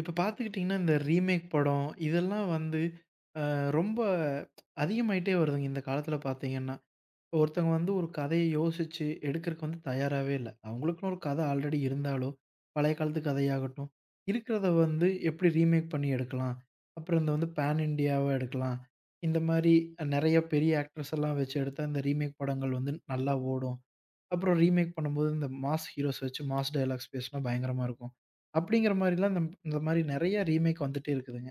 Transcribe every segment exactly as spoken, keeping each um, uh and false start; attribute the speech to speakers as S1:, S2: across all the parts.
S1: இப்ப பார்த்துக்கிட்டிங்கன்னா, இந்த ரீமேக் படம் இதெல்லாம் வந்து அ ரொம்ப அதிகமாயிட்டே வருதுங்க இந்த காலத்தில பார்த்தீங்கன்னா. ஒருத்தவங்க வந்து ஒரு கதைய யோசிச்சு எடுக்கறக்கு வந்து தயாராவே இல்ல. அவங்களுக்குன்னு ஒரு கதை ஆல்ரெடி இருந்தாலும், பழைய காலத்து கதையாகட்டும், இருக்கிறத வந்து எப்படி ரீமேக் பண்ணி எடுக்கலாம்? அப்புறம் இந்த வந்து பேன் இண்டியாவா எடுக்கலாம். இந்த மாரி நெறைய பெரிய ஆக்டர்ஸ் எல்லாம் வச்சு எடுத்தா இந்த ரீமேக் படங்கள் வந்து நல்லா ஓடும். அப்புறம் ரீமேக் பண்ணும்போது இந்த மாஸ் ஹீரோஸ் வச்சு மாஸ் டயலாக்ஸ் பேசினா பயங்கரமா இருக்கும். அப்படிங்கிற மாரிலாம் இந்த இந்த மாரி நெறைய ரீமேக் வந்துட்டே இருக்குதுங்க.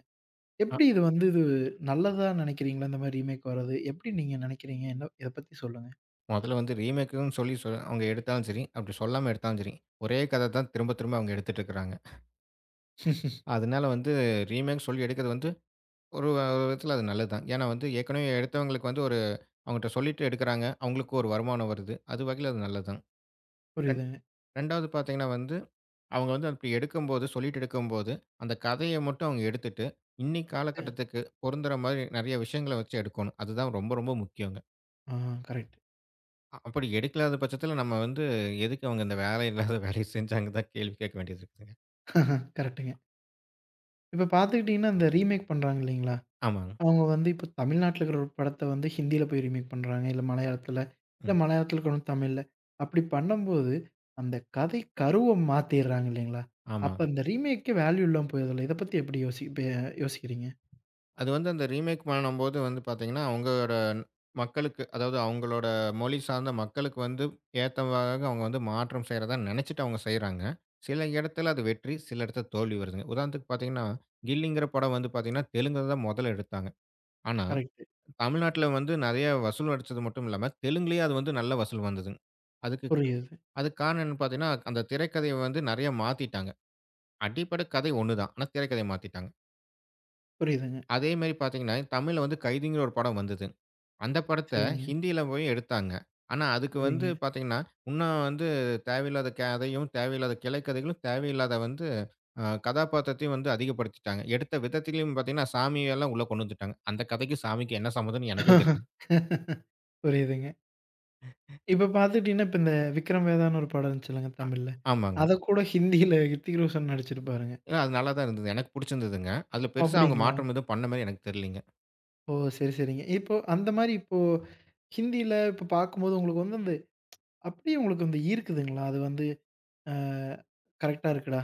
S2: அ
S1: எப்படி இது வந்து இது நல்லதா நினைக்கிறீங்களா? இந்த மாரி ரீமேக் வர்றது? எப்படி நீங்க நினைக்கிறீங்க? என்ன இத பத்தி சொல்லுங்க.
S2: மொதல்ல வந்து ரீமேக்குன்னு சொல்லி சொ அவங்க எடுத்தாலும் சரி, அப்படி சொல்லாம எடுத்தாலும் சரி, ஒரே கத தான் திரும்ப திரும்ப அவங்க எடுத்துட்டு இருக்கிறாங்க. அதனால வந்து ரீமேக் சொல்லி எடுக்கிறது வந்து ஒரு ஒரு விதத்தில அது நல்லது தான். ஏன்னா வந்து ஏற்கனவே எடுத்தவங்களுக்கு வந்து ஒரு அவங்கட்ட சொல்லிட்டு எடுக்கிறாங்க. அவங்களுக்கும் ஒரு வருமானம் வருது. அது வகையில அது நல்லது தான். ரெண்
S1: புரியுதுங்க.
S2: ரெண்டாவது பார்த்தீங்கன்னா வந்து, அவங்க வந்து அப்படி எடுக்கும்போது சொல்லிட்டு எடுக்கும்போது, அந்த கதைய மட்டும் அவங்க எடுத்துட்டு, இன்னைக்கு காலகட்டத்துக்கு பொருந்துற மாரி நெறைய விஷயங்கள வச்சு எடுக்கணும். அதுதான் ரொம்ப ரொம்ப முக்கியங்க.
S1: அ கரெக்ட்.
S2: அ அப்படி எடுக்கலாத பட்சத்தில நம்ம வந்து எதுக்கு அவங்க இந்த வேலை இல்லாத வேலைய செஞ்சாங்கன்னு தான் கேள்வி கேட்க வேண்டியது இருக்குதுங்க.
S1: கரெக்ட்டுங்க. இப்ப பார்த்துக்கிட்டீங்கன்னா, இந்த ரீமேக் பண்றாங்க இல்லைங்களா?
S2: ஆமாங்க.
S1: அவங்க வந்து இப்ப தமிழ்நாட்டுல இருக்கிற ஒரு படத்த வந்து ஹிந்தியில போய் ரீமேக் பண்றாங்க. இல்ல மலையாளத்துல, இல்ல
S2: ம்.
S1: மலையாளத்துல கொண்டு வந்து தமிழ்ல. அப்படி பண்ணும்போது, அந்த கதை கருவ மாத்திர்றாங்க இல்லைங்களா?
S2: ஆமா.
S1: அப்ப அந்த ரீமேக்கே வேல்யூ இல்லாம போயிருதுல்ல. இத பத்தி எப்படி யோசி ப யோசிக்கிறீங்க?
S2: அது வந்து அந்த ரீமேக் பண்ணும்போது வந்து பார்த்தீங்கன்னா, அவங்களோட ந- மக்களுக்கு அதாவது அவங்களோட மொழி சார்ந்த மக்களுக்கு வந்து ஏத்தவாக அவங்க வந்து மாற்றம் செய்றதா நெனச்சுட்டு அவங்க செய்றாங்க. சில இடத்துல அது வெற்றி, சில இடத்துல தோல்வி வருதுங்க. உதாரணத்துக்கு பார்த்தீங்கன்னா, கில்லிங்கிற படம் வந்து பார்த்தீங்கன்னா, தெலுங்குல தான் மொதல்ல எடுத்தாங்க. ஆனா,
S1: கரெக்ட்டு.
S2: தமிழ்நாட்டுல வந்து நெறைய வசூல் அடிச்சது மட்டும் இல்லாம, தெலுங்குலயே அது வந்து நல்ல வசூல் வந்ததுங்க. அதுக்கு
S1: புரியுது.
S2: அதுக்கு காரணம் என்னன்னு பார்த்தீங்கன்னா, அந்த திரைக்கதைய வந்து நெறைய மாத்திட்டாங்க. அடிப்படை கதை ஒண்ணு தான். ஆனா திரைக்கதைய மாத்திட்டாங்க.
S1: புரியுதுங்க.
S2: அதே மாரி பார்த்தீங்கன்னா, தமிழ்ல வந்து கைதிங்கிற ஒரு படம் வந்தது. அந்த படத்த
S1: சரிங்க.
S2: ஹிந்தியில போய் எடுத்தாங்க. ஆனா அதுக்கு
S1: சரிங்க.
S2: வந்து பார்த்தீங்கன்னா, இன்னும் வந்து தேவையில்லாத கதையும், தேவையில்லாத கிளைக்கதைகளும், தேவையில்லாத வந்து அ கதாபாத்திரத்தையும் வந்து அதிகப்படுத்திட்டாங்க. எடுத்த விதத்திலயும் பார்த்தீங்கன்னா, சாமியெல்லாம் உள்ள கொண்டு வந்துட்டாங்க. அந்த கதைக்கும் சாமிக்கும் என்ன சம்மந்தம்ன்னு எனக்கும் தெரியல.
S1: புரியுதுங்க. இப்ப பார்த்துக்கிட்டீங்கன்னா, இப்ப இந்த விக்ரம் வேதான்னு ஒரு படம் இருந்துச்சுல்லங்க தமிழ்ல.
S2: ஆமாங்க.
S1: அத கூட ஹிந்தியில ஹிருத்திக் ரோஷன் நடிச்சிருப்பாருங்க.
S2: ஏன்னா அது நல்லா தான் இருந்தது. எனக்கு புடிச்சிருந்ததுங்க. அதுல
S1: ஓ!
S2: பெருசா அவங்க
S1: அப்படிங்களா?
S2: மாற்றம் எதுவும் பண்ண மாரி எனக்கு தெரியலங்க.
S1: ஓ! சரி, சரிங்க. இப்போ அந்த மாரி இப்போ ஹிந்தியில இப்போ பார்க்கும்போது உங்களுக்கு வந்து அந்த அப்படியே உங்களுக்கு வந்து ஈர்க்குதுங்களா? அது வந்து அ கரெக்ட்டா இருக்குடா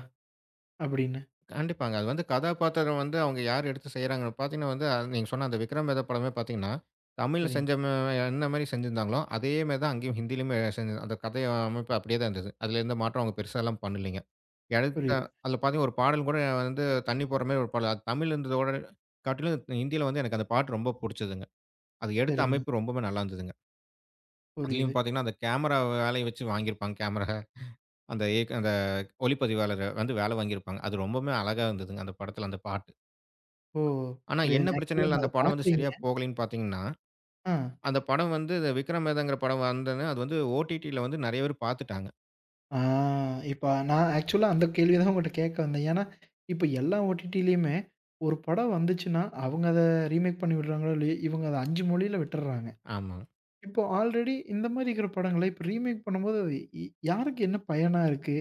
S1: அப்படின்னு.
S2: கண்டிப்பாங்க. அது வந்து கதாபாத்திரம் வந்து அவங்க யார் எடுத்து செய்றாங்கன்னு பார்த்தீங்கன்னா வந்து, அது நீங்க சொன்ன அந்த விக்ரம் வேதா படமே பார்த்தீங்கன்னா, தமிழ்ல
S1: சரிங்க.
S2: செஞ்ச ம என்ன மாரி செஞ்சிருந்தாங்களோ, அதே மாரி தான் அங்கேயும் ஹிந்தியிலயுமே செஞ்சு அந்த கதை அமைப்பு அப்படியே தான் இருந்தது. அதில எந்த மாற்றம் அவங்க பெருசாலாம் பண்ணலைங்க. எடுத்த
S1: புரியுது.
S2: அதில பார்த்தீங்கன்னா, ஒரு பாடல் கூட வந்து தண்ணி போடுற மாரி ஒரு பாடல். அது தமிழ்ல இருந்ததோட காட்டிலும் ஹிந்தியில வந்து எனக்கு அந்த பாட்டு ரொம்ப புடிச்சதுங்க. அது எடுத்த
S1: சரிங்க.
S2: அமைப்பு ரொம்பவே நல்லா இருந்ததுங்க. அதுலயும்
S1: புரியுது.
S2: பார்த்தீங்கன்னா, அந்த கேமரா வேலைய வச்சு வாங்கியிருப்பாங்க. கேமரா அந்த இயக்க அந்த ஒளிப்பதிவாளர் வந்து வேலை வாங்கியிருப்பாங்க. அது ரொம்பவுமே அழகா இருந்ததுங்க அந்த படத்தில அந்த பாட்டு.
S1: ஓ!
S2: ஆனா, என்ன
S1: புரியுதுங்க. ஆக்சுவலா
S2: பிரச்சனையில
S1: நான் அத
S2: அந்த படம் வந்து
S1: பார்க்கலீங்க.
S2: சரியா போகலைன்னு பார்த்தீங்கன்னா,
S1: ஆ.
S2: அந்த படம் வந்து இந்த விக்ரமேதாங்கிற படம் வந்தோனே, அது வந்து ஓடிடில வந்து நெறைய பேர் பார்த்துட்டாங்க.
S1: ஆ இப்ப நான் ஆக்சுவலா அந்த கேள்வி தான் உங்கட்ட கேட்க வந்தேன். ஏன்னா, இப்ப எல்லா ஓடிடிலயுமே ஒரு படம் வந்துச்சுன்னா, அவங்க அத ரீமேக் பண்ணி விடுறாங்களோ இல்லையோ, இவங்க அத ஐந்து மொழியில விட்டுர்றாங்க.
S2: ஆமா.
S1: இப்போ ஆல்ரெடி இந்த மாரி இருக்கிற படங்கள, இப்ப ரீமேக் பண்ணும்போது அது இ யாருக்கு என்ன பயனா இருக்கு?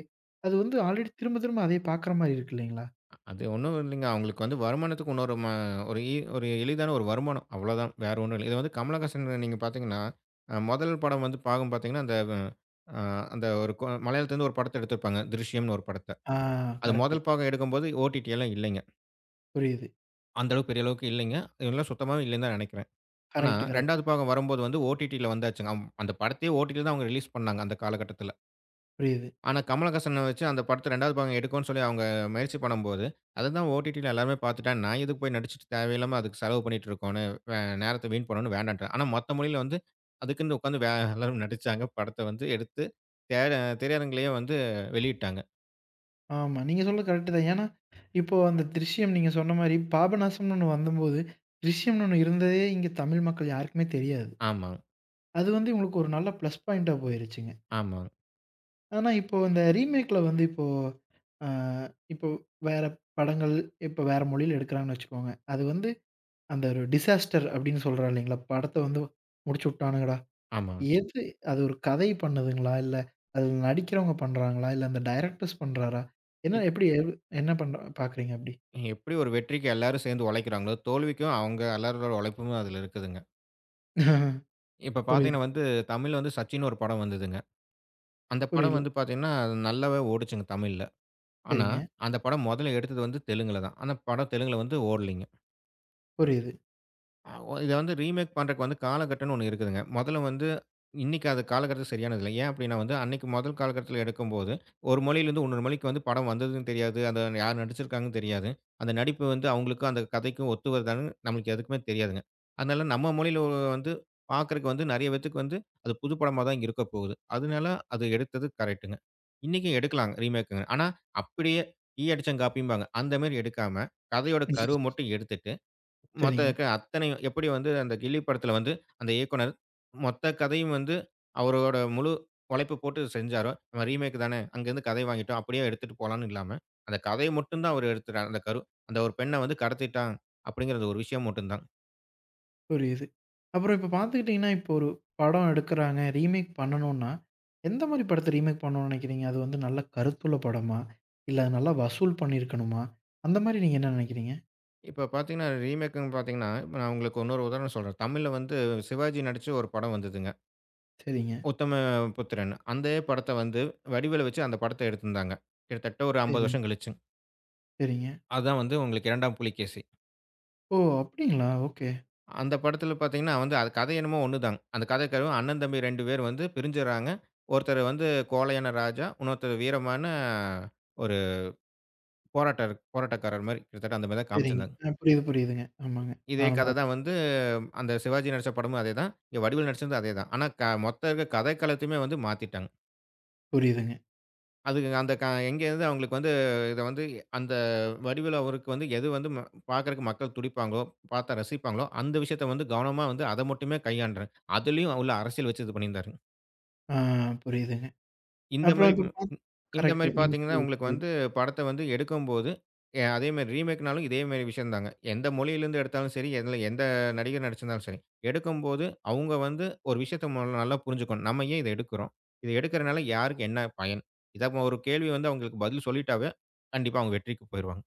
S1: அது வந்து ஆல்ரெடி திரும்ப திரும்ப அதே பார்க்குற மாரி இருக்கு இல்லைங்களா?
S2: அது ஒண்ணும் இல்லைங்க. அவங்களுக்கு வந்து வருமானத்துக்கு இன்னொரு ம ஒரு ஈ ஒரு எளிதான ஒரு வருமானம். அவ்வளோதான். வேற ஒண்ணும் இல்ல. இது வந்து கமலஹாசன் நீங்க பார்த்தீங்கன்னா, அ முதல் படம் வந்து பாகம் பார்த்தீங்கன்னா, அந்த அ அந்த ஒரு கொ மலையாளத்துலருந்து ஒரு படத்த எடுத்திருப்பாங்க. "திருஷ்யம்னு" ஒரு படத்த.
S1: ஆ
S2: அது
S1: கரெக்ட்டு.
S2: முதல் பாகம் எடுக்கும்போது ஓடிடி எல்லாம் இல்லைங்க.
S1: புரியுது.
S2: அந்த அளவுக்கு பெரிய அளவுக்கு இல்லைங்க. எல்லாம் சுத்தமாவே இல்லைன்னு தான் நெனைக்கிறேன். ஆனா
S1: கரெக்ட்டு, கரெக்ட்டு.
S2: இரண்டாவது பாகம் வரும்போது வந்து ஓடிடில வந்தாச்சுங்க. அம் அந்த படத்தையே ஓடிடில தான் அவங்க ரிலீஸ் பண்ணாங்க அந்த காலகட்டத்தில.
S1: புரியுது.
S2: ஆனா கமலஹாசன வச்சு அந்த படத்த இரண்டாவது பாகம் எடுக்கோன்னு சொல்லி அவங்க முயற்சி பண்ணும்போது, அதுதான் ஓடிடில எல்லாருமே பார்த்துட்டாங்க. நான் எதுக்கு போய் நடிச்சுட்டு தேவையில்லாம அதுக்கு செலவு பண்ணிட்டு இருக்கோன்னு, வே நேரத்த வீண் பண்ணணும்னு வேண்டான்ட்டாங்க. ஆனா மத்த மொழியில வந்து அதுக்குன்னு உட்காந்து வே எல்லாரும் நடிச்சாங்க. படத்த வந்து எடுத்து திர திரையரங்கிலேயே வந்து வெளியிட்டாங்க.
S1: ஆமா. நீங்க சொல்றது கரெக்ட்டு தான். ஏன்னா, இப்போ அந்த "திருஷ்யம்" நீங்க சொன்ன மாரி பாபநாசம்னு ஒண்ணு வந்தம்போது, "திருஷ்யம்னு" ஒண்ணு இருந்ததே இங்க தமிழ் மக்கள் யாருக்குமே தெரியாது.
S2: ஆமாங்க,
S1: அது வந்து உங்களுக்கு ஒரு நல்ல ப்ளஸ் பாயிண்ட்டா போயிருச்சுங்க.
S2: ஆமாங்க,
S1: ஆனா இப்போ இந்த ரீமேக்ல வந்து இப்போ ஆ இப்போ வேற படங்கள், இப்போ வேற மொழியில எடுக்குறாங்கன்னு வச்சுக்கோங்க. அது வந்து அந்த ஒரு டிசாஸ்டர் அப்படின்னு சொல்றோம் இல்லைங்களா? படத்த வந்து முடிச்சு விட்டானுங்கடா.
S2: ஆமாங்க.
S1: எது அது ஒரு கதை பண்ணுதுங்களா? இல்ல அதுல நடிக்கிறவங்க பண்றாங்களா? இல்ல அந்த டைரக்டர்ஸ் பண்றாரா? என்ன
S2: இத்
S1: எப்படி எது என்ன பண்ற பார்க்குறீங்க அப்படி?
S2: எப்படி ஒரு வெற்றிக்கு எல்லாரும் சேர்ந்து உழைக்கிறாங்களோ, தோல்விக்கும் அவங்க எல்லாரோட உழைப்பும் அதில இருக்குதுங்க.
S1: ஆஹா,
S2: இப்ப
S1: புரியுது.
S2: பார்த்தீங்கன்னா வந்து, தமிழ்ல வந்து சச்சின்னு ஒரு படம் வந்ததுங்க. அந்த படம்
S1: புரியல.
S2: வந்து பார்த்தீங்கன்னா, நல்லாவே ஓடுச்சுங்க தமிழ்ல. ஆனா,
S1: சரிங்க.
S2: அந்த படம் மொதல்ல எடுத்தது வந்து தெலுங்குல தான். ஆனா, படம் தெலுங்குல வந்து ஓடலைங்க.
S1: புரியுது.
S2: அ ஒ இத வந்து ரீமேக் பண்றக்கு வந்து காலகட்டம்ன்னு ஒண்ணு இருக்குதுங்க. முதல்ல வந்து இன்னைக்கு அது காலகட்டம் சரியானது இல்ல. ஏன் அப்டின்னா வந்து அன்னைக்கு முதல் காலகட்டத்துல எடுக்கும்போது, ஒரு மொழியிலிருந்து இன்னொரு மொழிக்கு வந்து படம் வந்ததுன்னு தெரியாது. அத யார் நடிச்சிருக்காங்கன்னு தெரியாது. அந்த நடிப்பு வந்து அவங்களுக்கும், அந்த கதைக்கும் ஒத்து வருதான்னு நம்மளுக்கு எதுக்குமே தெரியாதுங்க. அதனால நம்ம மொழியில ஒ வந்து பார்க்கறக்கு வந்து நெறைய பேத்துக்கு வந்து அது புது படமா தான் இருக்க போகுது. அதனால அது எடுத்தது கரெக்ட்டுங்க. இன்னைக்கும் எடுக்கலாங்க ரீமேக்குங்க. ஆனா அப்படியே ஈ அடிச்சன் காப்பிம்பாங்க. அந்த மாரி எடுக்காம, கதையோட
S1: ம்.
S2: கருவ மட்டும் எடுத்துட்டு மொத்த
S1: சரிங்க.
S2: க அத்தனையும் எப்படி வந்து அந்த கில்லி படத்துல வந்து அந்த இயக்குனர் மொத்த கதையும் வந்து அவரோட முழு உழைப்பு போட்டு செஞ்சாரோ, நம்ம ரீமேக் தானே அங்கேருந்து கதை வாங்கிட்டோம். அப்படியே எடுத்துட்டு போலான்னு இல்லாம, அந்த கதைய மட்டும் தான் அவரு எடுத்துட்டார். அந்த கரு அந்த ஒரு பெண்ண வந்து கடத்திட்டான் அப்படிங்கிறது ஒரு விஷயம் மட்டும் தான்.
S1: புரியுது. அப்புறம் இப்ப பார்த்துக்கிட்டீங்கன்னா, இப்போ ஒரு படம் எடுக்குறாங்க. ரீமேக் பண்ணணும்னா, எந்த மாரி படத்த ரீமேக் பண்ணணும்னு நெனைக்கிறீங்க? அது வந்து நல்ல கருத்துள்ள படமா? இல்ல அது நல்லா வசூல் பண்ணியிருக்கணுமா? அந்த மாரி நீங்க என்ன நெனைக்கிறீங்க?
S2: இப்ப பார்த்தீங்கன்னா, ரீமேக்குன்னு பார்த்தீங்கன்னா, இப்ப நான் உங்களுக்கு இன்னொரு உதாரணம் சொல்றேன். தமிழ்ல வந்து சிவாஜி நடிச்சு ஒரு படம் வந்ததுங்க.
S1: சரிங்க,
S2: உத்தம புத்திரன். அந்த படத்த வந்து வடிவேலு வச்சு அந்த படத்த எடுத்திருந்தாங்க. கிட்டத்தட்ட ஒரு ஐம்பது
S1: சரிங்க,
S2: வருஷம் கழிச்சு.
S1: சரிங்க.
S2: அதான் வந்து உங்களுக்கு இரண்டாம் புலிகேசி.
S1: ஓ! அப்டிங்களா? ஓகே.
S2: அந்த படத்துல பாத்தீங்கன்னா வந்து அது கதை என்னமோ ஒண்ணுதாங்க. அந்த கதைக்களவு அண்ணன், தம்பி ரெண்டு பேர் வந்து பிரிஞ்சுர்றாங்க. ஒருத்தர் வந்து கோழையான ராஜா, இன்னொருத்தர் வீரமான ஒரு போராட்டர் போராட்டக்காரர் மாரி கிட்டத்தட்ட அந்த மாரி தான்
S1: சரிங்க.
S2: காமிச்சிருந்தாங்க.
S1: ஆ புரியுது, புரியுதுங்க. ஆமாங்க.
S2: இதே
S1: நானும்
S2: கதை
S1: பாத்தேன்.
S2: தான் வந்து அந்த சிவாஜி நடிச்ச படமும் அதேதான். இங்க வடிவேலு நடிச்சதும் அதேதான். ஆனா க மொத்த இருக்க கதைக்களத்தையுமே வந்து மாத்திட்டாங்க.
S1: புரியுதுங்க.
S2: அது அந்த க எங்கேருந்து அவங்களுக்கு வந்து இத வந்து அந்த வடிவேலு அவருக்கு வந்து எது வந்து ம பாக்கறக்கு மக்கள் துடிப்பாங்களோ, பாத்தா ரசிப்பாங்களோ, அந்த விஷயத்த வந்து கவனமா வந்து அத மட்டுமே கையாண்றாரு. அதுலயும் உள்ள அரசியல் வச்சு இது பண்ணியிருந்தாரு.
S1: ஆ புரியுதுங்க.
S2: இந்த
S1: அப்புறம்
S2: மாரி
S1: இப்ப
S2: ம்
S1: பாத்
S2: ம், இந்த
S1: கரெக்ட்டு.
S2: மாரி
S1: நீங்க
S2: பார்த்தீங்கன்னா,
S1: சொல்றது
S2: உங்களுக்கு
S1: புரியுது.
S2: வந்து படத்த வந்து எடுக்கும்போது, எ அதேமாரி ரீமேக்னாலும் இதே மாரி விஷயம் தாங்க. எந்த மொழியிலேருந்து எடுத்தாலும் சரி, எதுல எந்த நடிகர் நடிச்சிருந்தாலும் சரி, எடுக்கும்போது அவங்க வந்து ஒரு விஷயத்த முதல்ல நல்லா புரிஞ்சுக்கணும். நம்ம ஏன் இத எடுக்கிறோம்? இத எடுக்கிறனால யாருக்கு என்ன பயன்? இத ஒரு கேள்வி வந்து அவங்களுக்கு பதில் சொல்லிட்டாவே, கண்டிப்பா அவங்க வெற்றிக்கு போயிருவாங்க.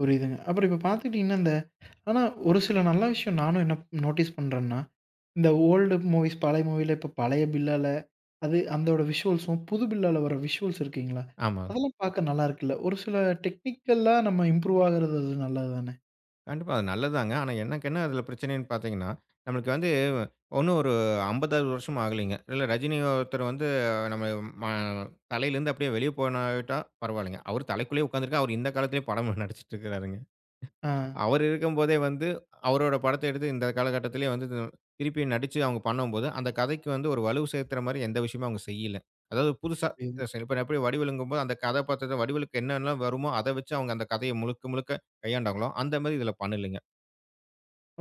S1: புரியுதுங்க. அப்புறம் இப்ப பாத்துக்கிட்டீங்கன்னா, இந்த ஆனா ஒரு சில நல்ல விஷயம் நானும் என்ன நோட்டீஸ் பண்றேன்னா, இந்த ஓல்டு மூவிஸ் பழைய மூவில இப்ப பழைய பில்லால அது அதோட விஷுவல்ஸும், புது பில்லால வர விஷுவல்ஸ் இருக்குங்களா?
S2: ஆமா.
S1: அதெல்லாம் பாக்க நல்லா இருக்குல்ல. ஒரு சில டெக்னிக்கல்லா நம்ம இம்ப்ரூவ் ஆகுறது அது நல்லது தானே.
S2: கண்டிப்பா. அது நல்லதுதாங்க. ஆனா எனக்கு என்ன அதில பிரச்சனைன்னு பார்த்தீங்கன்னா, நம்மளுக்கு வந்து ஒண்ணும் ஒரு ஐம்பது அறுபது வருஷமும் ஆகலைங்க. இல்ல ரஜினி ஒருத்தர் வந்து நம்ம ம தலையிலேருந்து அப்படியே வெளிய போனாவிட்டா பரவாயில்லைங்க. அவரு தலைக்குள்ளேயே உட்காந்துருக்காரு. அவரு இந்த காலத்திலேயே படம் நடிச்சுட்டு இருக்கிறாருங்க.
S1: ஆ
S2: அவரு இருக்கும்போதே வந்து அவரோட படத்த எடுத்து இந்த காலகட்டத்திலேயே வந்து இது திருப்பி நடிச்சு அவங்க பண்ணும்போது, அந்த கதைக்கு வந்து ஒரு வலு சேர்த்துற மாரி எந்த விஷயமும் அவங்க செய்யல. அதாவது புதுசா
S1: புரியுது.
S2: இப்ப எப்படி வடிவேலுங்கும்போது அந்த கதாபாத்திரத்த வடிவேலுக்கு என்னெல்லாம் வருமோ, அத வச்சு அவங்க அந்த கதைய முழுக்க முழுக்க கையாண்டாங்களோ, அந்த மாரி இதில பண்ணலைங்க.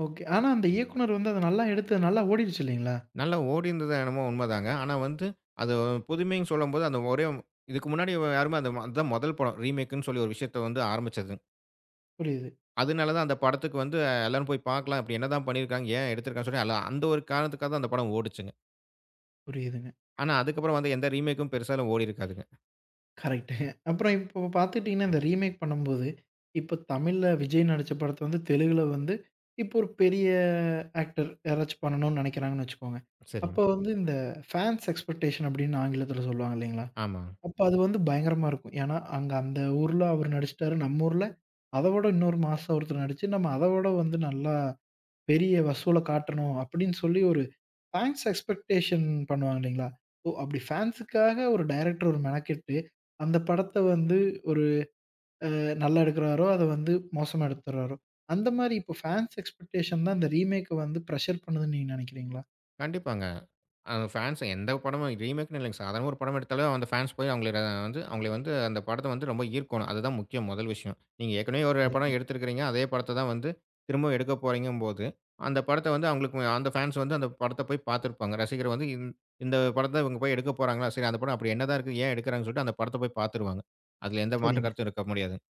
S1: ஓகே. ஆனா அந்த இயக்குனர் வந்து அத நல்லா எடுத்து நல்லா ஓடிருச்சு இல்லைங்களா?
S2: நல்லா ஓடியிருந்தது என்னமோ உண்மதாங்க. ஆனா வந்து அது புதுமைன்னு சொல்லும்போது, அந்த ஒரே இதுக்கு முன்னாடி யாருமே அந்த அதான் முதல் படம். ரீமேக்குன்னு சொல்லி ஒரு விஷயத்த வந்து ஆரம்பிச்சது.
S1: புரியுது,
S2: அதனால தான் அந்த படத்துக்கு வந்து எல்லாரும் போய் பார்க்கலாம். இப்படி என்னதான் பண்ணியிருக்காங்க? ஏன் எடுத்திருக்காங்கன்னு சொல்லி எல்லாம் அந்த ஒரு காரணத்துக்காக தான் அந்த படம் ஓடுச்சுங்க.
S1: புரியுதுங்க.
S2: ஆனா அதுக்கப்புறம் வந்து எந்த ரீமேக்கும் பெருசாலாம் ஓடியிருக்காதுங்க.
S1: கரெக்ட்டுங்க. அப்புறம் இப்போ பார்த்துக்கிட்டீங்கன்னா, இந்த ரீமேக் பண்ணும்போது, இப்போ தமிழ்ல விஜய் நடிச்ச படத்த வந்து தெலுங்குல வந்து, இப்போ ஒரு பெரிய ஆக்டர் யாராச்சும் பண்ணணும்னு நெனைக்கிறாங்கன்னு வச்சுக்கோங்க.
S2: சரிங்க.
S1: அப்போ வந்து இந்த ஃபேன்ஸ் எக்ஸ்பெக்டேஷன் அப்படின்னு ஆங்கிலத்தில சொல்லுவாங்க இல்லைங்களா?
S2: ஆமா.
S1: அப்போ அது வந்து பயங்கரமா இருக்கும். ஏன்னா, அங்க அந்த ஊர்ல அவர் நடிச்சுட்டாரு. நம்ம ஊர்ல அத விட இன்னொரு மாசா ஒருத்தர் நடிச்சு, நம்ம அத விட வந்து நல்லா பெரிய வசூல காட்டணும் அப்படின்னு சொல்லி ஒரு ஃபேன்ஸ் எக்ஸ்பெக்டேஷன் பண்ணுவாங்க இல்லைங்களா? ஓ! அப்படி ஃபேன்ஸுக்காக ஒரு டைரக்டர் ஒரு மெனக்கெட்டு, அந்த படத்த வந்து ஒரு நல்லா எடுக்குறாரோ, அத வந்து மோசமா எடுத்துர்றாரோ! அந்த மாரி இப்போ ஃபேன்ஸ் எக்ஸ்பெக்டேஷன் தான் இந்த ரீமேக்க வந்து பிரஷர் பண்ணுதுன்னு நீங்க நெனைக்கிறீங்களா?
S2: கண்டிப்பாங்க. அந்த ஃபேன்ஸ் எந்த படமும் ரீமேக்ன்னு இல்லைங்க. சாதாரண ஒரு படம் எடுத்தாலும் அந்த ஃபேன்ஸ் போய் அவங்கள வந்து அவங்கள வந்து அந்த படத்த வந்து ரொம்ப ஈர்க்கணும். அதுதான் முக்கியம் முதல் விஷயம். நீங்க ஏற்கனவே ஒரு
S1: சரிங்க,
S2: படம் எடுத்திருக்கிறீங்க. அதே படத்த தான் வந்து திரும்பவும் எடுக்க போறீங்கம்போது, அந்த படத்த வந்து அவங்களுக்கு அந்த ஃபேன்ஸ் வந்து அந்த படத்த போய் பார்த்துருப்பாங்க. ரசிகர் வந்து இந் இந்த படத்த இவங்க போய் எடுக்க போறாங்களா? சரி அந்த படம் அப்படி என்னதான் இருக்கு? ஏன் எடுக்கிறாங்கன்னு சொல்லிட்டு அந்த படத்த போய் பார்த்துருவாங்க. அதுல எந்த மாற்று
S1: சரிங்க.
S2: கருத்தும் இருக்க முடியாதுங்க.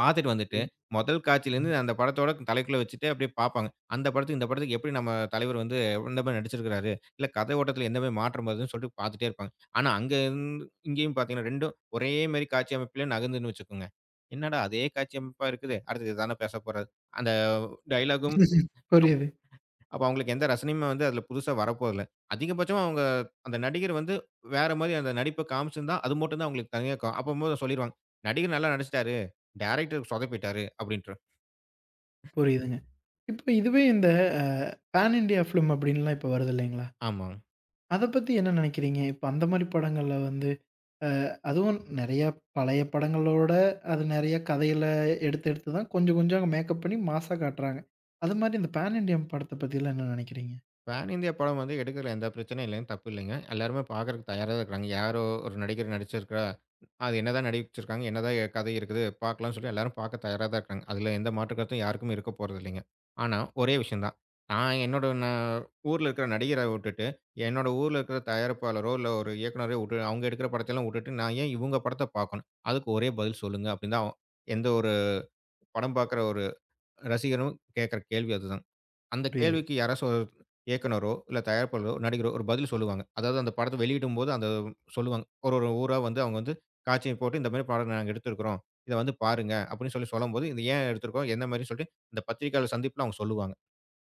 S2: பாத்துட்டு வந்துட்டு,
S1: ம்.
S2: முதல் காட்சியிலருந்து
S1: சரிங்க.
S2: அந்த படத்தோட தலைக்குள்ள வச்சுட்டு அப்படியே பாப்பாங்க. அந்த படத்துக்கு, இந்த படத்துக்கு எப்படி நம்ம தலைவர் வந்து இந்த மாரி நடிச்சிருக்கிறாரு? இல்ல கதை ஓட்டத்துல எந்த மாரி மாற்றம் வருதுன்னு சொல்லிட்டு பாத்துட்டே இருப்பாங்க. ஆனா அங்க இருந்து இங்கேயும் பாத்தீங்கன்னா, ரெண்டாம் ஒரே மாரி காட்சி அமைப்பிலே நகர்ந்துதுன்னு வச்சுக்கோங்க. என்னடா அதே காட்சி அமைப்பா இருக்குது. அடுத்து இதான பேசப்போறாரு. அந்த டயலாகும்
S1: புரியுது,
S2: அப்ப அவங்களுக்கு எந்த ரசனையுமே வந்து அதில புதுசா வரப்போதில்ல. அதிகபட்சமா அவங்க அந்த நடிகர் வந்து வேற மாரி அந்த நடிப்ப காமிச்சிருந்தா, அது மட்டும் தான் அவங்களுக்கு தனியா கா அப்பம்போது சொல்லிருவாங்க. நடிகர் நல்லா நடிச்சிட்டாரு. டைரக்டர் சொதப்பிட்டாரு அப்டின்ட்ரும்.
S1: புரியுதுங்க. இப்போ இதுவே இந்த அ பான் இண்டியா ஃபிலிம் அப்படின்லாம் இப்போ வருது இல்லைங்களா?
S2: ஆமா.
S1: அத பத்தி என்ன நெனைக்கிறீங்க? இப்ப அந்த மாரி படங்கள்ல வந்து அ அதுவும் நெறைய பழைய படங்களோட அது நெறைய கதையில எடுத்து எடுத்து தான் கொஞ்சம் கொஞ்சம் மேக்கப் பண்ணி மாஸா காட்டுறாங்க. அது மாரி இந்த பேன் இண்டியன் படத்த பத்திலாம் என்ன நெனைக்கிறீங்க?
S2: பேன் இந்தியா படம் வந்து எடுக்கிறதுல எந்த பிரச்சனையும் இல்லைங்க. தப்பு இல்லைங்க. எல்லாருமே பார்க்கறக்கு தயாரா தான் இருக்கிறாங்க. யாரோ ஒரு நடிகர் நடிச்சிருக்கிறா, அது என்னதான் நடிச்சிருக்காங்க, என்னதான் எ- கதை இருக்குது, பார்க்கலாம்னு சொல்லி எல்லாரும் பார்க்க தயாரா தான் இருக்காங்க. அதில எந்த மாற்று கருத்தும் யாருக்கும் இருக்க போறதில்லைங்க. ஆனா, ஒரே விஷயம் தான். நான் என்னோட நான் ஊர்ல இருக்கிற நடிகர விட்டுட்டு, என்னோட ஊர்ல இருக்கிற தயாரிப்பாளரோ, இல்ல ஒரு இயக்குனரையோ விட்டு அவங்க எடுக்கிற படத்தையெல்லாம் விட்டுட்டு, நான் ஏன் இவங்க படத்த பார்க்கணும்? அதுக்கு ஒரே பதில் சொல்லுங்க. அப்படின்னு தான் அவன்- எந்த ஒரு படம் பார்க்குற ஒரு ரசிகரும் கேட்கிற கேள்வி அதுதான். அந்த
S1: புரியுது.
S2: கேள்விக்கு யாராச்சும் ஒரு இயக்குனரோ, இல்ல தயாரிப்பாளரோ, நடிகரோ ஒரு பதில் சொல்லுவாங்க. அதாவது அந்த படத்த வெளியிடும்போது அந்த சொல்லுவாங்க. ஒரு ஒரு ஊரா வந்து அவங்க வந்து காட்சிய போட்டு, "இந்த மாரி படம் நாங்க எடுத்திருக்கிறோம். இத வந்து பாருங்க." அப்படின்னு சொல்லி சொல்லும்போது, "இது ஏன் எடுத்திருக்கோம்? என்ன மாரின்னு" சொல்லிட்டு இந்த பத்திரிக்கையாளர் சந்திப்புல அவங்க சொல்லுவாங்க.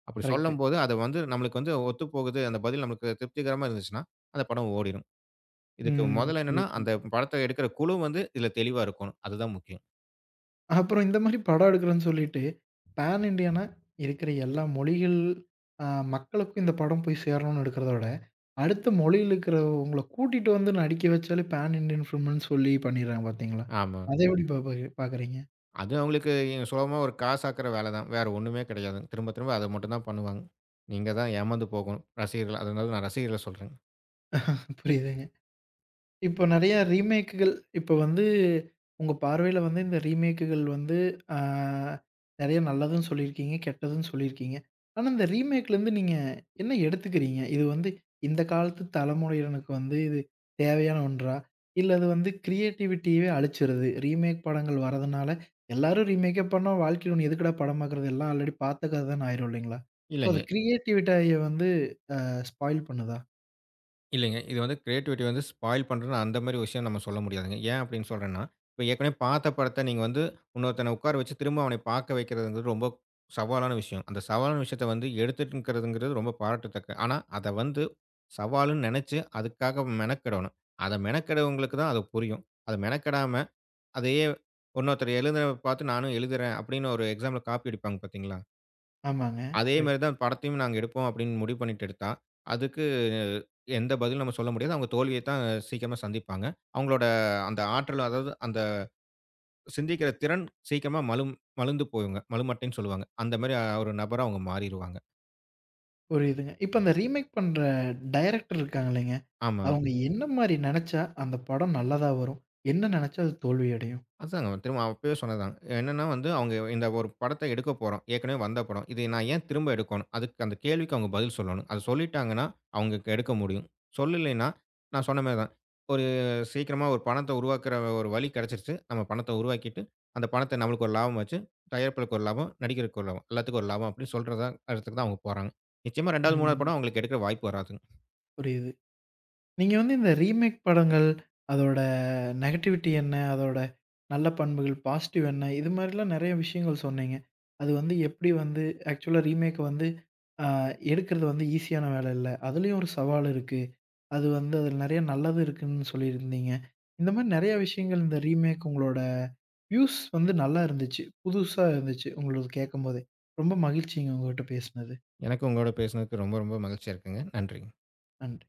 S2: அப்படி
S1: கரெக்ட்டு.
S2: சொல்லும்போது, அது வந்து நம்மளுக்கு வந்து ஒத்துப்போகுது. அந்த பதில் நம்மளுக்கு திருப்திகரமா இருந்துச்சுன்னா, அந்த படம் ஓடிரும். இதுக்கு
S1: ம்.
S2: மொதல்ல என்னன்னா,
S1: புரியுதுங்க.
S2: அந்த படத்த எடுக்கிற குழு வந்து இதுல தெளிவா இருக்கணும். அதுதான் முக்கியம்.
S1: அப்புறம் இந்த மாரி படம் எடுக்கிறேன்னு சொல்லிட்டு, பேன் இண்டியனா இருக்கிற எல்லா மொழிகள் அ மக்களுக்கும் இந்த படம் போய் சேரணும்னு எடுக்கிறத விட, அடுத்த மொழியில இருக்கிறவங்கள கூட்டிட்டு வந்து நடிக்க வச்சாலே பேன் இண்டியன் ஃபிலிம்ன்னு சொல்லி பண்ணிடுறாங்க பார்த்தீங்களா?
S2: ஆமா.
S1: அத எப்படி பாப்ப பார்க்குறீங்க?
S2: அது அவங்களுக்கு சுலபமா ஒரு காசாக்குற வேலை தான். வேற ஒண்ணுமே கிடையாதுங்க. திரும்ப, திரும்ப அத மட்டும் தான் பண்ணுவாங்க. நீங்க தான் ஏமாந்து போகணும். ரசிகர்கள் அதனால நான் ரசிகர்கள சொல்றேங்க.
S1: புரியுதுங்க. இப்போ நெறைய ரீமேக்குகள் இப்போ வந்து உங்க பார்வையில வந்து இந்த ரீமேக்குகள் வந்து ஆ நெறைய நல்லதும் சொல்லியிருக்கீங்க, கெட்டதும் சொல்லியிருக்கீங்க. ஆனா இந்த ரீமேக்லேருந்து நீங்க என்ன எடுத்துக்கிறீங்க? இது வந்து இந்த காலத்து தலைமுறையினருக்கு வந்து இது தேவையான ஒன்றா? இல்ல அது வந்து கிரியேட்டிவிட்டியவே அழிச்சிருது. ரீமேக் படங்கள் வரதுனால எல்லாரும் ரீமேக்கே பண்ணா வாழ்க்கையில ஒண்ணு எதுக்குடா படம் பார்க்குறது? எல்லாம் ஆல்ரெடி பார்த்த கதை தான்னு ஆயிரும் இல்லைங்களா? ஸோ அது
S2: இல்லைங்க,
S1: கிரியேட்டிவிட்டிய வந்து ஸ்பாயில் பண்ணுதா?
S2: இல்லைங்க. இது வந்து கிரியேட்டிவிட்டி வந்து ஸ்பாயில் பண்றன்னு அந்த மாரி விஷயம் நம்ம சொல்ல முடியாதுங்க. ஏன் அப்படின்னு சொல்றேன்னா, இப்ப ஏற்கனவே பார்த்த படத்த நீங்க வந்து இன்னொருத்தன உட்கார வச்சு திரும்ப அவனை பார்க்க வைக்கிறதுங்கிறது ரொம்ப சவாலான விஷயம். அந்த சவாலான விஷயத்த வந்து எடுத்துட்டுருக்கிறதுங்கிறது ரொம்ப பாராட்டத்தக்க. ஆனா, அத வந்து சவால்ன்னு நெனச்சு அதுக்காக மெனக்கெடணும். அத மெனக்கெடவங்களுக்கு தான் அது புரியும். அத மெனக்கெடாம அதையே இன்னொருத்தர் எழுதுறத பார்த்து நானும் எழுதுறேன் அப்படின்னு ஒரு எக்ஸாம்ல காப்பி அடிப்பாங்க பார்த்தீங்களா?
S1: ஆமாங்க.
S2: அதே
S1: ரைட்.
S2: மாரி தான் படத்தையும் நாங்க எடுப்போம் அப்படின்னு முடிவு பண்ணிட்டு எடுத்தா, அதுக்கு எந்த பதிலும் நம்ம சொல்ல முடியாது. அவங்க தோல்விய தான் சீக்கிரமா சந்திப்பாங்க. அவங்களோட அந்த ஆற்றல் அதாவது அந்த சிந்திக்கிற திறன் சீக்கிரமா மழும் மழுந்து போயுங்க. மழுமட்டைன்னு சொல்லுவாங்க. அந்த மாரி ஒரு நபரா அவங்க மாறிருவாங்க.
S1: புரியுதுங்க. இப்ப அந்த ரீமேக் பண்ற டைரக்டர் இருக்காங்க இல்லைங்க,
S2: ஆமாங்க.
S1: அவங்க என்ன மாரி நெனச்சா அந்த படம் நல்லதா வரும்? என்ன நெனச்சா அது தோல்வி அடையும்?
S2: அதாங்க திரும்ப அப்பயே சொன்னதுதாங்க. என்னன்னா வந்து அவங்க இந்த ஒரு படத்த எடுக்க போறோம். ஏற்கனவே வந்த படம். இதை நான் ஏன் திரும்ப எடுக்கணும்? அதுக்கு அந்த கேள்விக்கு அவங்க பதில் சொல்லணும். அத சொல்லிட்டாங்கன்னா, அவங்களுக்கு எடுக்க முடியும். சொல்லலைன்னா, நான் சொன்ன மாரி தான். ஒரு சீக்கிரமா ஒரு பணத்த உருவாக்குற ஒரு வழி கிடைச்சிருச்சு. நம்ம பணத்த உருவாக்கிட்டு, அந்த பணத்த நம்மளுக்கு ஒரு லாபம் ஆச்சு. தயாரிப்பாளருக்கு ஒரு லாபம், நடிகருக்கு ஒரு லாபம். எல்லாத்துக்கும் ஒரு லாபம் அப்படின்னு சொல்றத இடத்துக்கு தான் அவங்க போறாங்க. நிச்சயமா இரண்டாவது, மூன்றாவது
S1: ம்.
S2: படம் அவங்களுக்கு எடுக்கிற வாய்ப்பு வராதுங்க.
S1: புரியுது. நீங்க வந்து இந்த ரீமேக் படங்கள், அதோட நெகட்டிவிட்டி என்ன? அதோட நல்ல பண்புகள், பாசிட்டிவ் என்ன? இது மாரிலாம் நெறைய விஷயங்கள் சொன்னீங்க. அது வந்து எப்படி வந்து ஆக்சுவலா ரீமேக் வந்து அ எடுக்கிறது வந்து ஈஸியான வேலை இல்ல. அதுலயும் ஒரு சவால் இருக்கு. அது வந்து அதில நெறைய நல்லது இருக்குன்னு சொல்லியிருந்தீங்க. இந்த மாரி நெறைய விஷயங்கள் இந்த ரீமேக் உங்களோட வியூஸ் வந்து நல்லா இருந்துச்சு. புதுசா இருந்துச்சு. உங்களது கேட்கும்போதே. ரொம்ப மகிழ்ச்சிங்க உங்ககிட்ட பேசினது.
S2: எனக்கு உங்களோட பேசினதுக்கு ரொம்ப ரொம்ப மகிழ்ச்சியா இருக்குங்க. நன்றி.
S1: நன்றி.